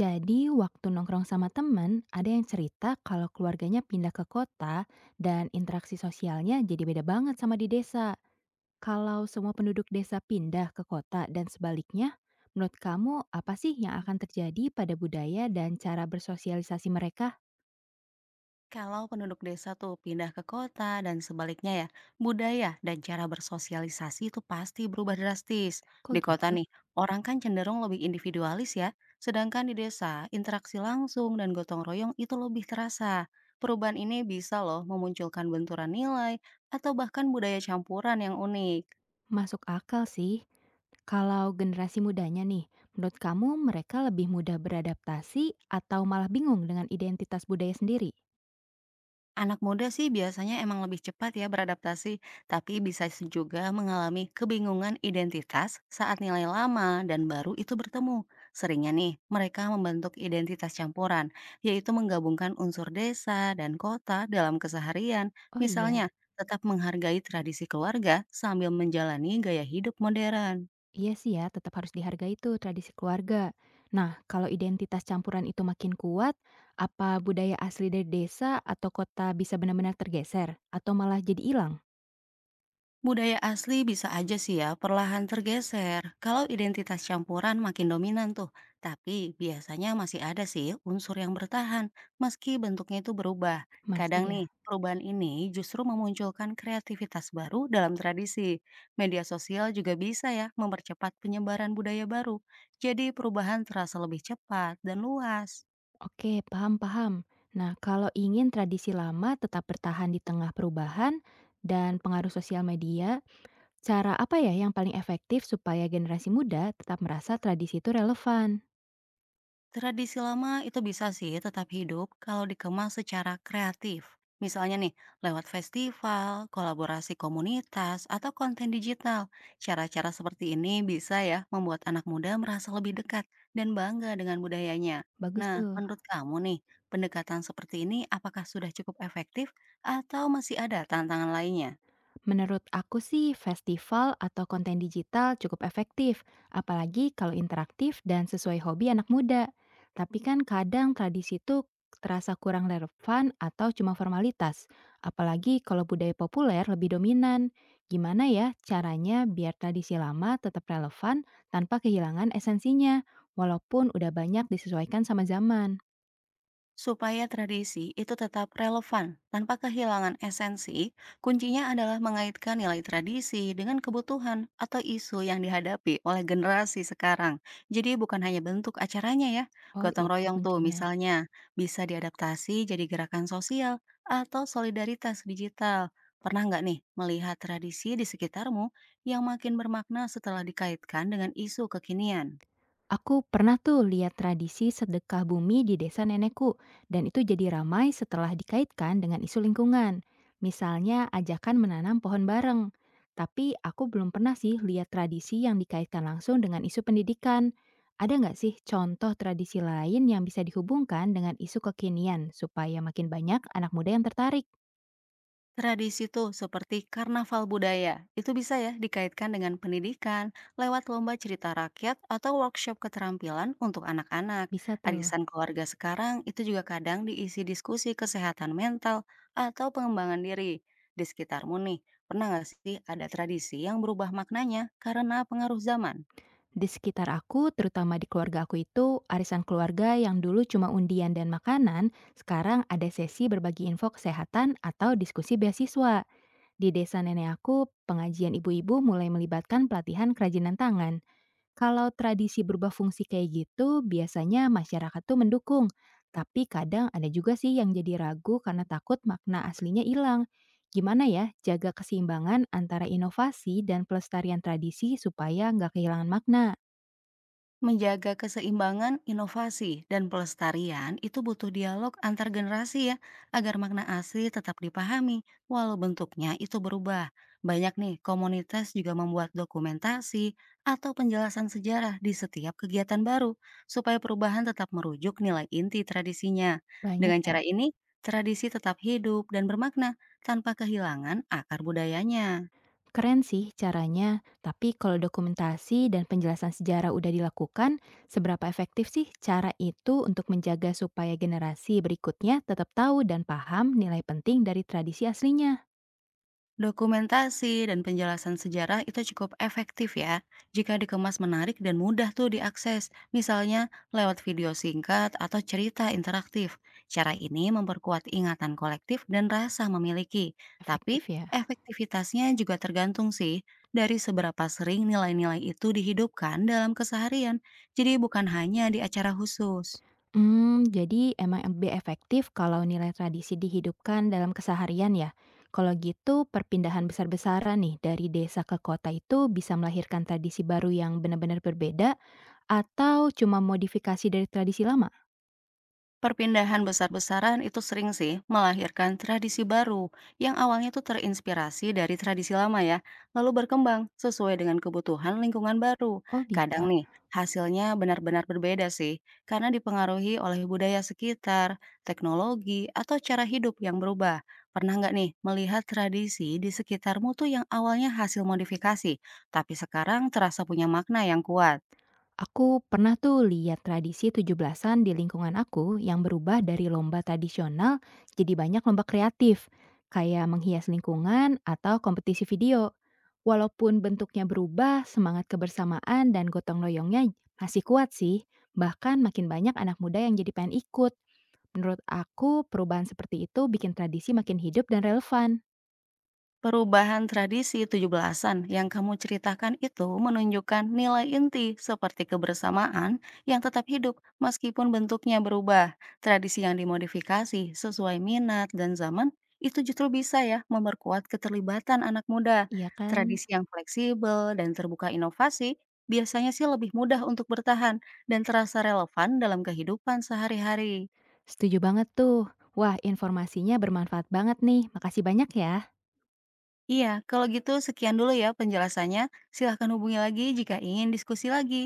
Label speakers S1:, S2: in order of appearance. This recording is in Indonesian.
S1: Jadi waktu nongkrong sama temen, ada yang cerita kalau keluarganya pindah ke kota dan interaksi sosialnya jadi beda banget sama di desa. Kalau semua penduduk desa pindah ke kota dan sebaliknya, menurut kamu apa sih yang akan terjadi pada budaya dan cara bersosialisasi mereka?
S2: Kalau penduduk desa tuh pindah ke kota dan sebaliknya ya, budaya dan cara bersosialisasi itu pasti berubah drastis.
S1: Kok
S2: Di kota
S1: gitu?
S2: nih, orang kan cenderung lebih individualis ya, sedangkan di desa interaksi langsung dan gotong royong itu lebih terasa. Perubahan ini bisa loh memunculkan benturan nilai atau bahkan budaya campuran yang unik.
S1: Masuk akal sih. Kalau generasi mudanya nih, menurut kamu mereka lebih mudah beradaptasi atau malah bingung dengan identitas budaya sendiri?
S2: Anak muda sih biasanya emang lebih cepat ya beradaptasi, tapi bisa juga mengalami kebingungan identitas saat nilai lama dan baru itu bertemu. Seringnya nih, mereka membentuk identitas campuran, yaitu menggabungkan unsur desa dan kota dalam keseharian.
S1: Oh iya.
S2: Misalnya, tetap menghargai tradisi keluarga sambil menjalani gaya hidup modern.
S1: Iya sih ya, tetap harus dihargai itu tradisi keluarga. Nah, kalau identitas campuran itu makin kuat, apa budaya asli dari desa atau kota bisa benar-benar tergeser? Atau malah jadi hilang?
S2: Budaya asli bisa aja sih ya perlahan tergeser kalau identitas campuran makin dominan tuh. Tapi biasanya masih ada sih unsur yang bertahan meski bentuknya itu berubah.
S1: Masih
S2: Kadang
S1: ya?
S2: nih perubahan ini justru memunculkan kreativitas baru dalam tradisi. Media sosial juga bisa ya mempercepat penyebaran budaya baru. Jadi perubahan terasa lebih cepat dan luas.
S1: Oke, paham-paham. Nah, kalau ingin tradisi lama tetap bertahan di tengah perubahan dan pengaruh sosial media, cara apa ya yang paling efektif supaya generasi muda tetap merasa tradisi itu relevan?
S2: Tradisi lama itu bisa sih tetap hidup kalau dikemas secara kreatif. Misalnya nih, lewat festival, kolaborasi komunitas, atau konten digital. Cara-cara seperti ini bisa ya membuat anak muda merasa lebih dekat dan bangga dengan budayanya.
S1: Bagus
S2: Nah,
S1: tuh.
S2: menurut kamu nih, pendekatan seperti ini apakah sudah cukup efektif atau masih ada tantangan lainnya?
S1: Menurut aku sih, festival atau konten digital cukup efektif, apalagi kalau interaktif dan sesuai hobi anak muda. Tapi kan kadang tradisi itu terasa kurang relevan atau cuma formalitas, apalagi kalau budaya populer lebih dominan. Gimana ya caranya biar tradisi lama tetap relevan tanpa kehilangan esensinya, walaupun udah banyak disesuaikan sama zaman?
S2: Supaya tradisi itu tetap relevan tanpa kehilangan esensi, kuncinya adalah mengaitkan nilai tradisi dengan kebutuhan atau isu yang dihadapi oleh generasi sekarang. Jadi bukan hanya bentuk acaranya ya,
S1: Oh,
S2: gotong
S1: itu
S2: royong tuh
S1: kuncinya.
S2: misalnya bisa diadaptasi jadi gerakan sosial atau solidaritas digital. Pernah nggak nih melihat tradisi di sekitarmu yang makin bermakna setelah dikaitkan dengan isu kekinian?
S1: Aku pernah tuh lihat tradisi sedekah bumi di desa nenekku, dan itu jadi ramai setelah dikaitkan dengan isu lingkungan. Misalnya ajakan menanam pohon bareng. Tapi aku belum pernah sih lihat tradisi yang dikaitkan langsung dengan isu pendidikan. Ada nggak sih contoh tradisi lain yang bisa dihubungkan dengan isu kekinian supaya makin banyak anak muda yang tertarik?
S2: Tradisi tuh seperti karnaval budaya, itu bisa ya dikaitkan dengan pendidikan lewat lomba cerita rakyat atau workshop keterampilan untuk anak-anak.
S1: Bisa tuh.
S2: Arisan keluarga sekarang itu juga kadang diisi diskusi kesehatan mental atau pengembangan diri. Di sekitarmu nih, pernah nggak sih ada tradisi yang berubah maknanya karena pengaruh zaman?
S1: Di sekitar aku, terutama di keluarga aku itu, arisan keluarga yang dulu cuma undian dan makanan, sekarang ada sesi berbagi info kesehatan atau diskusi beasiswa. Di desa nenek aku, pengajian ibu-ibu mulai melibatkan pelatihan kerajinan tangan. Kalau tradisi berubah fungsi kayak gitu, biasanya masyarakat tuh mendukung. Tapi kadang ada juga sih yang jadi ragu karena takut makna aslinya hilang. Gimana ya jaga keseimbangan antara inovasi dan pelestarian tradisi supaya nggak kehilangan makna?
S2: Menjaga keseimbangan, inovasi, dan pelestarian itu butuh dialog antar generasi ya, agar makna asli tetap dipahami, walau bentuknya itu berubah. Banyak nih, komunitas juga membuat dokumentasi atau penjelasan sejarah di setiap kegiatan baru, supaya perubahan tetap merujuk nilai inti tradisinya.
S1: Banyak
S2: Dengan
S1: ya?
S2: cara ini, tradisi tetap hidup dan bermakna tanpa kehilangan akar budayanya.
S1: Keren sih caranya, tapi kalau dokumentasi dan penjelasan sejarah udah dilakukan, seberapa efektif sih cara itu untuk menjaga supaya generasi berikutnya tetap tahu dan paham nilai penting dari tradisi aslinya?
S2: Dokumentasi dan penjelasan sejarah itu cukup efektif ya, jika dikemas menarik dan mudah tuh diakses, misalnya lewat video singkat atau cerita interaktif. Cara ini memperkuat ingatan kolektif dan rasa memiliki, tapi
S1: Efektif ya?
S2: efektivitasnya juga tergantung sih dari seberapa sering nilai-nilai itu dihidupkan dalam keseharian, jadi bukan hanya di acara khusus.
S1: Hmm, jadi emang lebih efektif kalau nilai tradisi dihidupkan dalam keseharian ya? Kalau gitu, perpindahan besar-besaran nih dari desa ke kota itu bisa melahirkan tradisi baru yang benar-benar berbeda atau cuma modifikasi dari tradisi lama?
S2: Perpindahan besar-besaran itu sering sih melahirkan tradisi baru yang awalnya tuh terinspirasi dari tradisi lama ya, lalu berkembang sesuai dengan kebutuhan lingkungan baru.
S1: Oh,
S2: Kadang
S1: bisa.
S2: nih, hasilnya benar-benar berbeda sih, karena dipengaruhi oleh budaya sekitar, teknologi, atau cara hidup yang berubah. Pernah nggak nih melihat tradisi di sekitarmu tuh yang awalnya hasil modifikasi, tapi sekarang terasa punya makna yang kuat?
S1: Aku pernah tuh lihat tradisi 17-an di lingkungan aku yang berubah dari lomba tradisional jadi banyak lomba kreatif, kayak menghias lingkungan atau kompetisi video. Walaupun bentuknya berubah, semangat kebersamaan dan gotong royongnya masih kuat sih. Bahkan makin banyak anak muda yang jadi pengen ikut. Menurut aku, perubahan seperti itu bikin tradisi makin hidup dan relevan.
S2: Perubahan tradisi 17-an yang kamu ceritakan itu menunjukkan nilai inti seperti kebersamaan yang tetap hidup meskipun bentuknya berubah. Tradisi yang dimodifikasi sesuai minat dan zaman itu justru bisa ya memperkuat keterlibatan anak muda.
S1: Iya kan?
S2: Tradisi yang fleksibel dan terbuka inovasi biasanya sih lebih mudah untuk bertahan dan terasa relevan dalam kehidupan sehari-hari.
S1: Setuju banget tuh. Wah, informasinya bermanfaat banget nih. Makasih banyak ya.
S2: Iya, kalau gitu sekian dulu ya penjelasannya. Silahkan hubungi lagi jika ingin diskusi lagi.